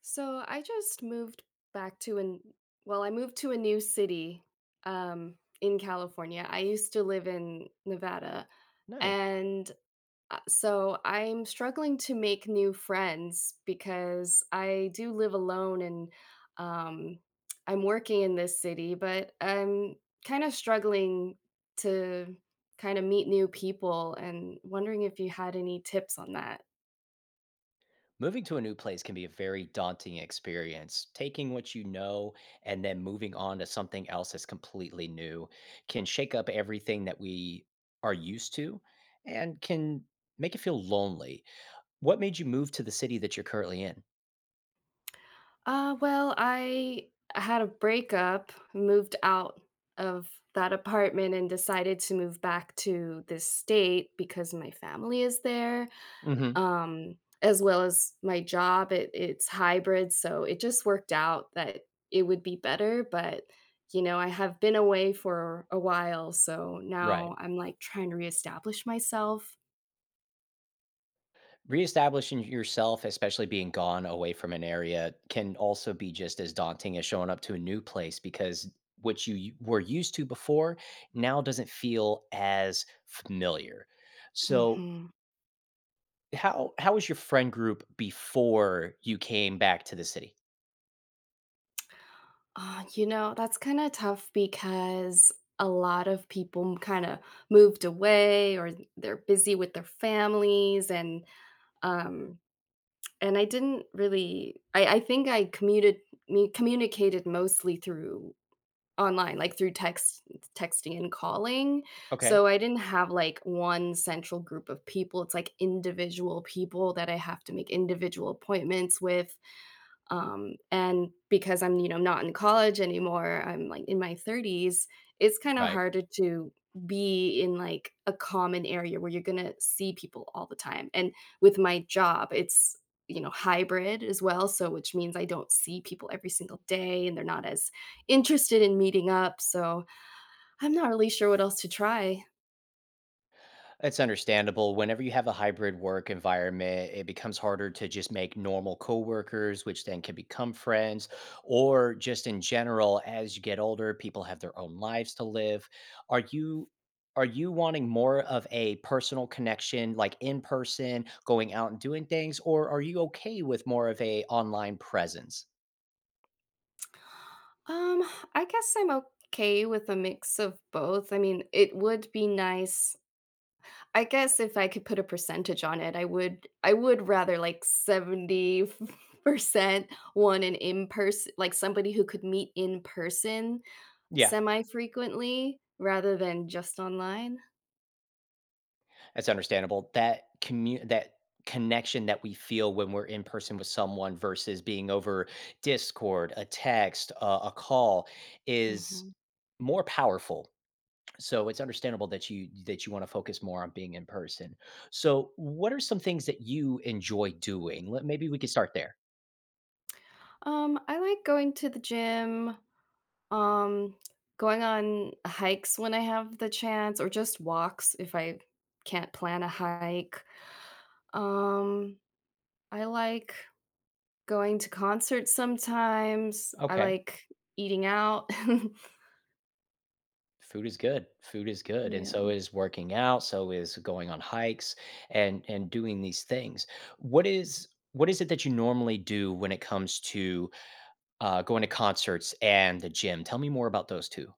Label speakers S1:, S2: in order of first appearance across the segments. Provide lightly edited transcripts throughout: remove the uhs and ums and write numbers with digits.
S1: So I just moved back to an well, I moved to a new city in California. I used to live in Nevada,
S2: Nice.
S1: and So I'm struggling to make new friends because I do live alone and um, I'm working in this city, but I'm kind of struggling to kind of meet new people, and wondering if you had any tips on that.
S2: Moving to a new place can be a very daunting experience. Taking what you know and then moving on to something else that's completely new can shake up everything that we are used to and can make it feel lonely. What made you move to the city that you're currently in?
S1: I had a breakup, moved out of that apartment and decided to move back to this state because my family is there.
S2: Hmm.
S1: As well as my job, it's hybrid, so it just worked out that it would be better, but you know, I have been away for a while, so
S2: Right.
S1: now I'm like trying to reestablish myself.
S2: Reestablishing yourself, especially being gone away from an area, can also be just as daunting as showing up to a new place because what you were used to before now doesn't feel as familiar. So,
S1: Mm-hmm.
S2: how was your friend group before you came back to the city?
S1: You know, that's kind of tough because a lot of people kind of moved away, or they're busy with their families and um and I didn't really I think I commuted me communicated mostly through online, like through text texting and calling.
S2: Okay.
S1: So I didn't have like one central group of people. It's like individual people that I have to make individual appointments with. And because I'm, you know, not in college anymore, I'm like in my 30s, it's kind of
S2: Right.
S1: harder to be in like a common area where you're going to see people all the time. And with my job, it's, you know, hybrid as well. So, which means I don't see people every single day and they're not as interested in meeting up. So, I'm not really sure what else to try.
S2: It's understandable. Whenever you have a hybrid work environment, it becomes harder to just make normal coworkers, which then can become friends, or just in general, as you get older, people have their own lives to live. Are you are you wanting more of a personal connection, like in person, going out and doing things, or are you okay with more of a online presence?
S1: Um, I guess I'm okay with a mix of both. I mean, it would be nice. I guess if I could put a percentage on it, I would rather like 70% want an in-person, like somebody who could meet in person
S2: Yeah.
S1: semi-frequently rather than just online.
S2: That's understandable. That connection that we feel when we're in person with someone versus being over Discord, a text, a call is
S1: Mhm.
S2: more powerful. So it's understandable that you want to focus more on being in person. So what are some things that you enjoy doing? Let maybe we could start there.
S1: I like going to the gym, um, going on hikes when I have the chance, or just walks if I can't plan a hike. Um, I like going to concerts sometimes. I
S2: Okay.
S1: like eating out.
S2: Food is good. Food is good, and
S1: Yeah.
S2: so is working out, so is going on hikes and doing these things. What is it that you normally do when it comes to, going to concerts and the gym? Tell me more about those 2.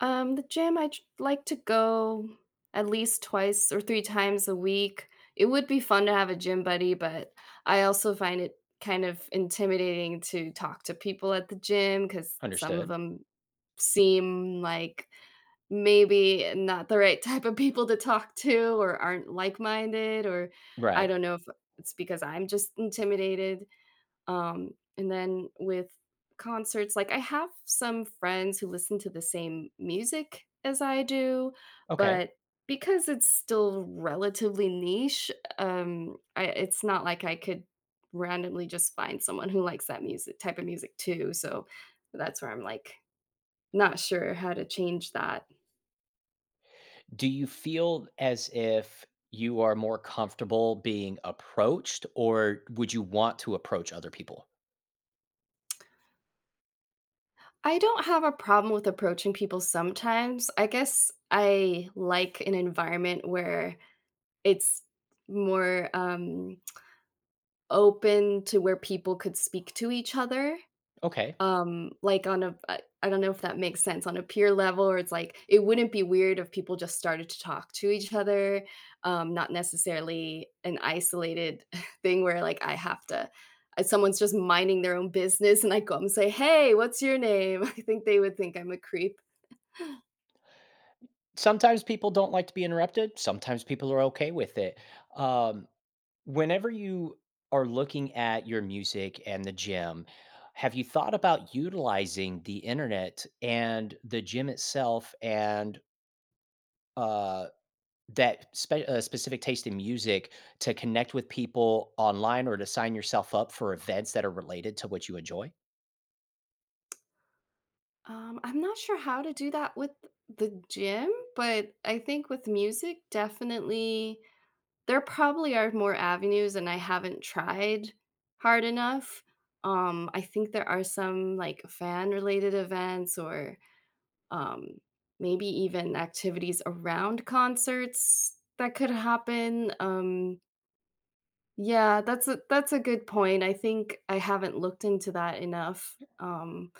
S1: The gym, I j like to go at least twice or 3 times a week. It would be fun to have a gym buddy, but I also find it kind of intimidating to talk to people at the gym because some of
S2: Understood.
S1: them seem like maybe not the right type of people to talk to, or aren't like-minded, or I
S2: Right.
S1: don't know if it's because I'm just intimidated. Um, and then with concerts, like I have some friends who listen to the same music as I do,
S2: Okay.
S1: but because it's still relatively niche, it's not like I could randomly just find someone who likes that music type of music too. So that's where I'm like not sure how to change that.
S2: Do you feel as if you are more comfortable being approached, or would you want to approach other people?
S1: I don't have a problem with approaching people sometimes. I guess I like an environment where it's more open to where people could speak to each other,
S2: Okay.
S1: like on a I don't know if that makes sense, on a peer level, or it's like it wouldn't be weird if people just started to talk to each other, not necessarily an isolated thing where, like, I have to someone's just minding their own business and I go up and say, "Hey, what's your name?" I think they would think I'm a creep.
S2: Sometimes people don't like to be interrupted. Sometimes people are okay with it. Um, Whenever you are looking at your music and the gym, have you thought about utilizing the internet and the gym itself and uh, specific taste in music to connect with people online or to sign yourself up for events that are related to what you enjoy?
S1: I'm not sure how to do that with the gym, but I think with music, definitely there probably are more avenues and I haven't tried hard enough. I think there are some, like, fan-related events, or um, maybe even activities around concerts that could happen. Yeah, that's a good point. I think I haven't looked into that enough.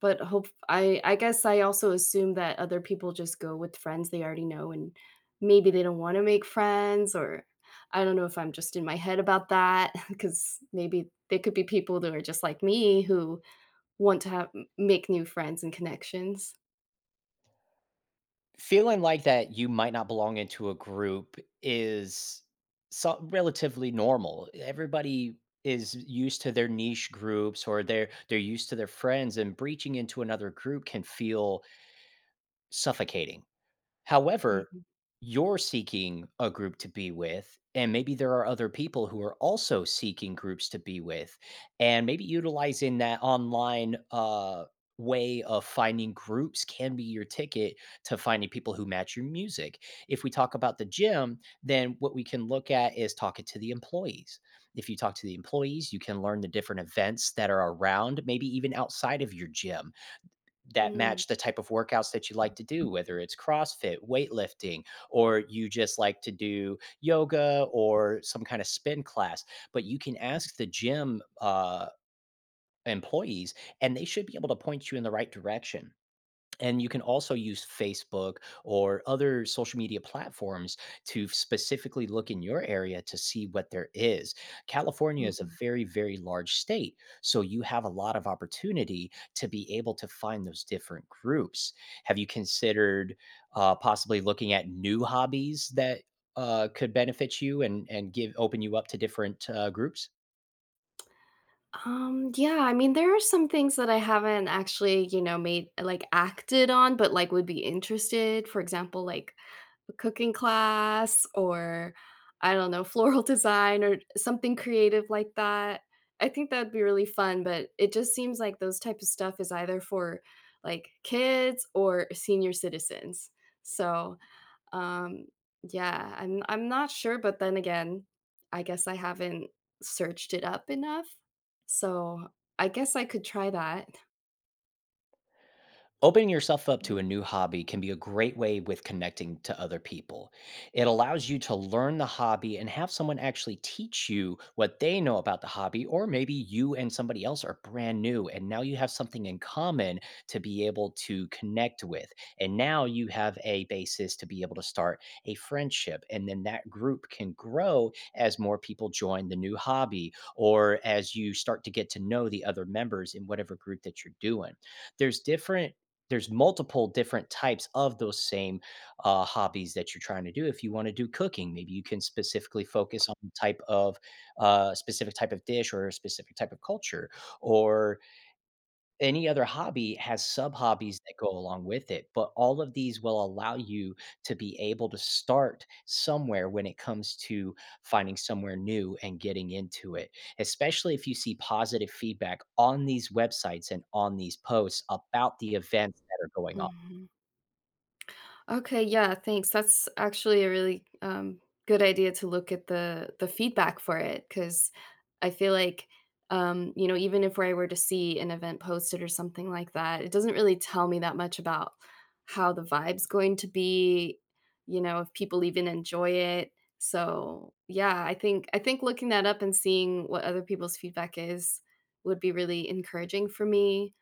S1: But hope I guess I also assume that other people just go with friends they already know, and maybe they don't wanna make friends, or I don't know if I'm just in my head about that because maybe they could be people that are just like me who want to have make new friends and connections.
S2: Feeling like that you might not belong into a group is so relatively normal. Everybody is used to their niche groups or they're used to their friends and breaching into another group can feel suffocating. However,
S1: Mhm.
S2: you're seeking a group to be with, and maybe there are other people who are also seeking groups to be with, and maybe utilizing that online way of finding groups can be your ticket to finding people who match your music. If we talk about the gym, then what we can look at is talking to the employees. If you talk to the employees, you can learn the different events that are around, maybe even outside of your gym that
S1: Mm.
S2: match the type of workouts that you like to do, whether it's CrossFit, weightlifting, or you just like to do yoga or some kind of spin class. But you can ask the gym employees, and they should be able to point you in the right direction. And you can also use Facebook or other social media platforms to specifically look in your area to see what there is. California is a
S1: Mhm.
S2: very, very large state. So you have a lot of opportunity to be able to find those different groups. Have you considered possibly looking at new hobbies that could benefit you and give open you up to different groups?
S1: Yeah, I mean, there are some things that I haven't actually, you know, made like acted on, but like would be interested. For example, like a cooking class, or I don't know, floral design or something creative like that. I think that'd be really fun, but it just seems like those type of stuff is either for like kids or senior citizens. So um, yeah, I'm not sure, but then again, I guess I haven't searched it up enough. So, I guess I could try that.
S2: Opening yourself up to a
S1: Mhm.
S2: new hobby can be a great way with connecting to other people. It allows you to learn the hobby and have someone actually teach you what they know about the hobby, or maybe you and somebody else are brand new and now you have something in common to be able to connect with. And now you have a basis to be able to start a friendship. And then that group can grow as more people join the new hobby or as you start to get to know the other members in whatever group that you're doing there's different there's multiple different types of those same, hobbies that you're trying to do. If you wanna do cooking, maybe you can specifically focus on the type of, specific type of dish or a specific type of culture, or any other hobby has sub-hobbies that go along with it, but all of these will allow you to be able to start somewhere when it comes to finding somewhere new and getting into it, especially if you see positive feedback on these websites and on these posts about the events that are going on.
S1: Mhm. Okay, yeah, thanks. That's actually a really good idea to look at the feedback for it because I feel like you know, even if I were to see an event posted or something like that, it doesn't really tell me that much about how the vibe's going to be. You know, if people even enjoy it. So yeah, I think looking that up and seeing what other people's feedback is would be really encouraging for me.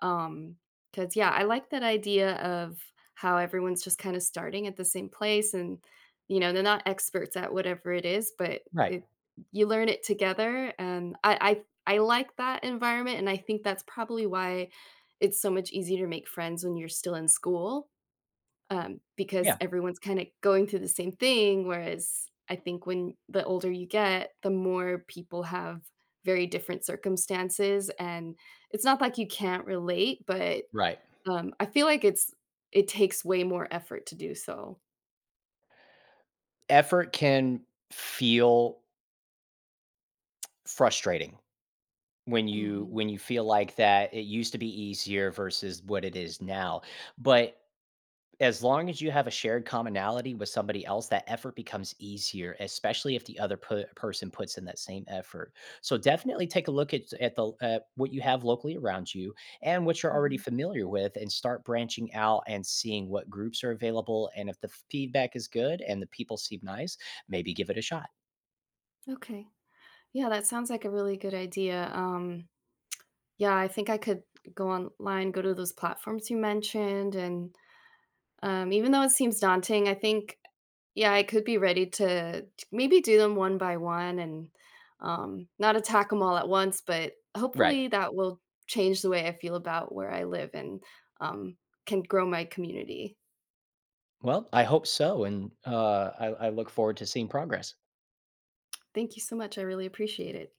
S1: Um, because yeah, I like that idea of how everyone's just kind of starting at the same place, and you know they're not experts at whatever it is, but
S2: Right.
S1: it you learn it together, and I like that environment, and I think that's probably why it's so much easier to make friends when you're still in school, because
S2: Yeah.
S1: everyone's kind of going through the same thing, whereas I think when the older you get, the more people have very different circumstances, and it's not like you can't relate, but
S2: Right.
S1: I feel like it's it takes way more effort to do so.
S2: Effort can feel frustrating when you
S1: Mhm,
S2: when you feel like that it used to be easier versus what it is now. But as long as you have a shared commonality with somebody else, that effort becomes easier, especially if the other person puts in that same effort. So definitely take a look at the what you have locally around you and what you're already
S1: mhm.
S2: familiar with, and start branching out and seeing what groups are available. And if the feedback is good and the people seem nice, maybe give it a shot.
S1: Okay. Yeah, that sounds like a really good idea. Yeah, I think I could go online, go to those platforms you mentioned, and, even though it seems daunting, I think yeah, I could be ready to maybe do them one by one and, not attack them all at once, but
S2: Right.
S1: hopefully that will change the way I feel about where I live and, um, can grow my community.
S2: Well, I hope so, and I look forward to seeing progress.
S1: Thank you so much, I really appreciate it.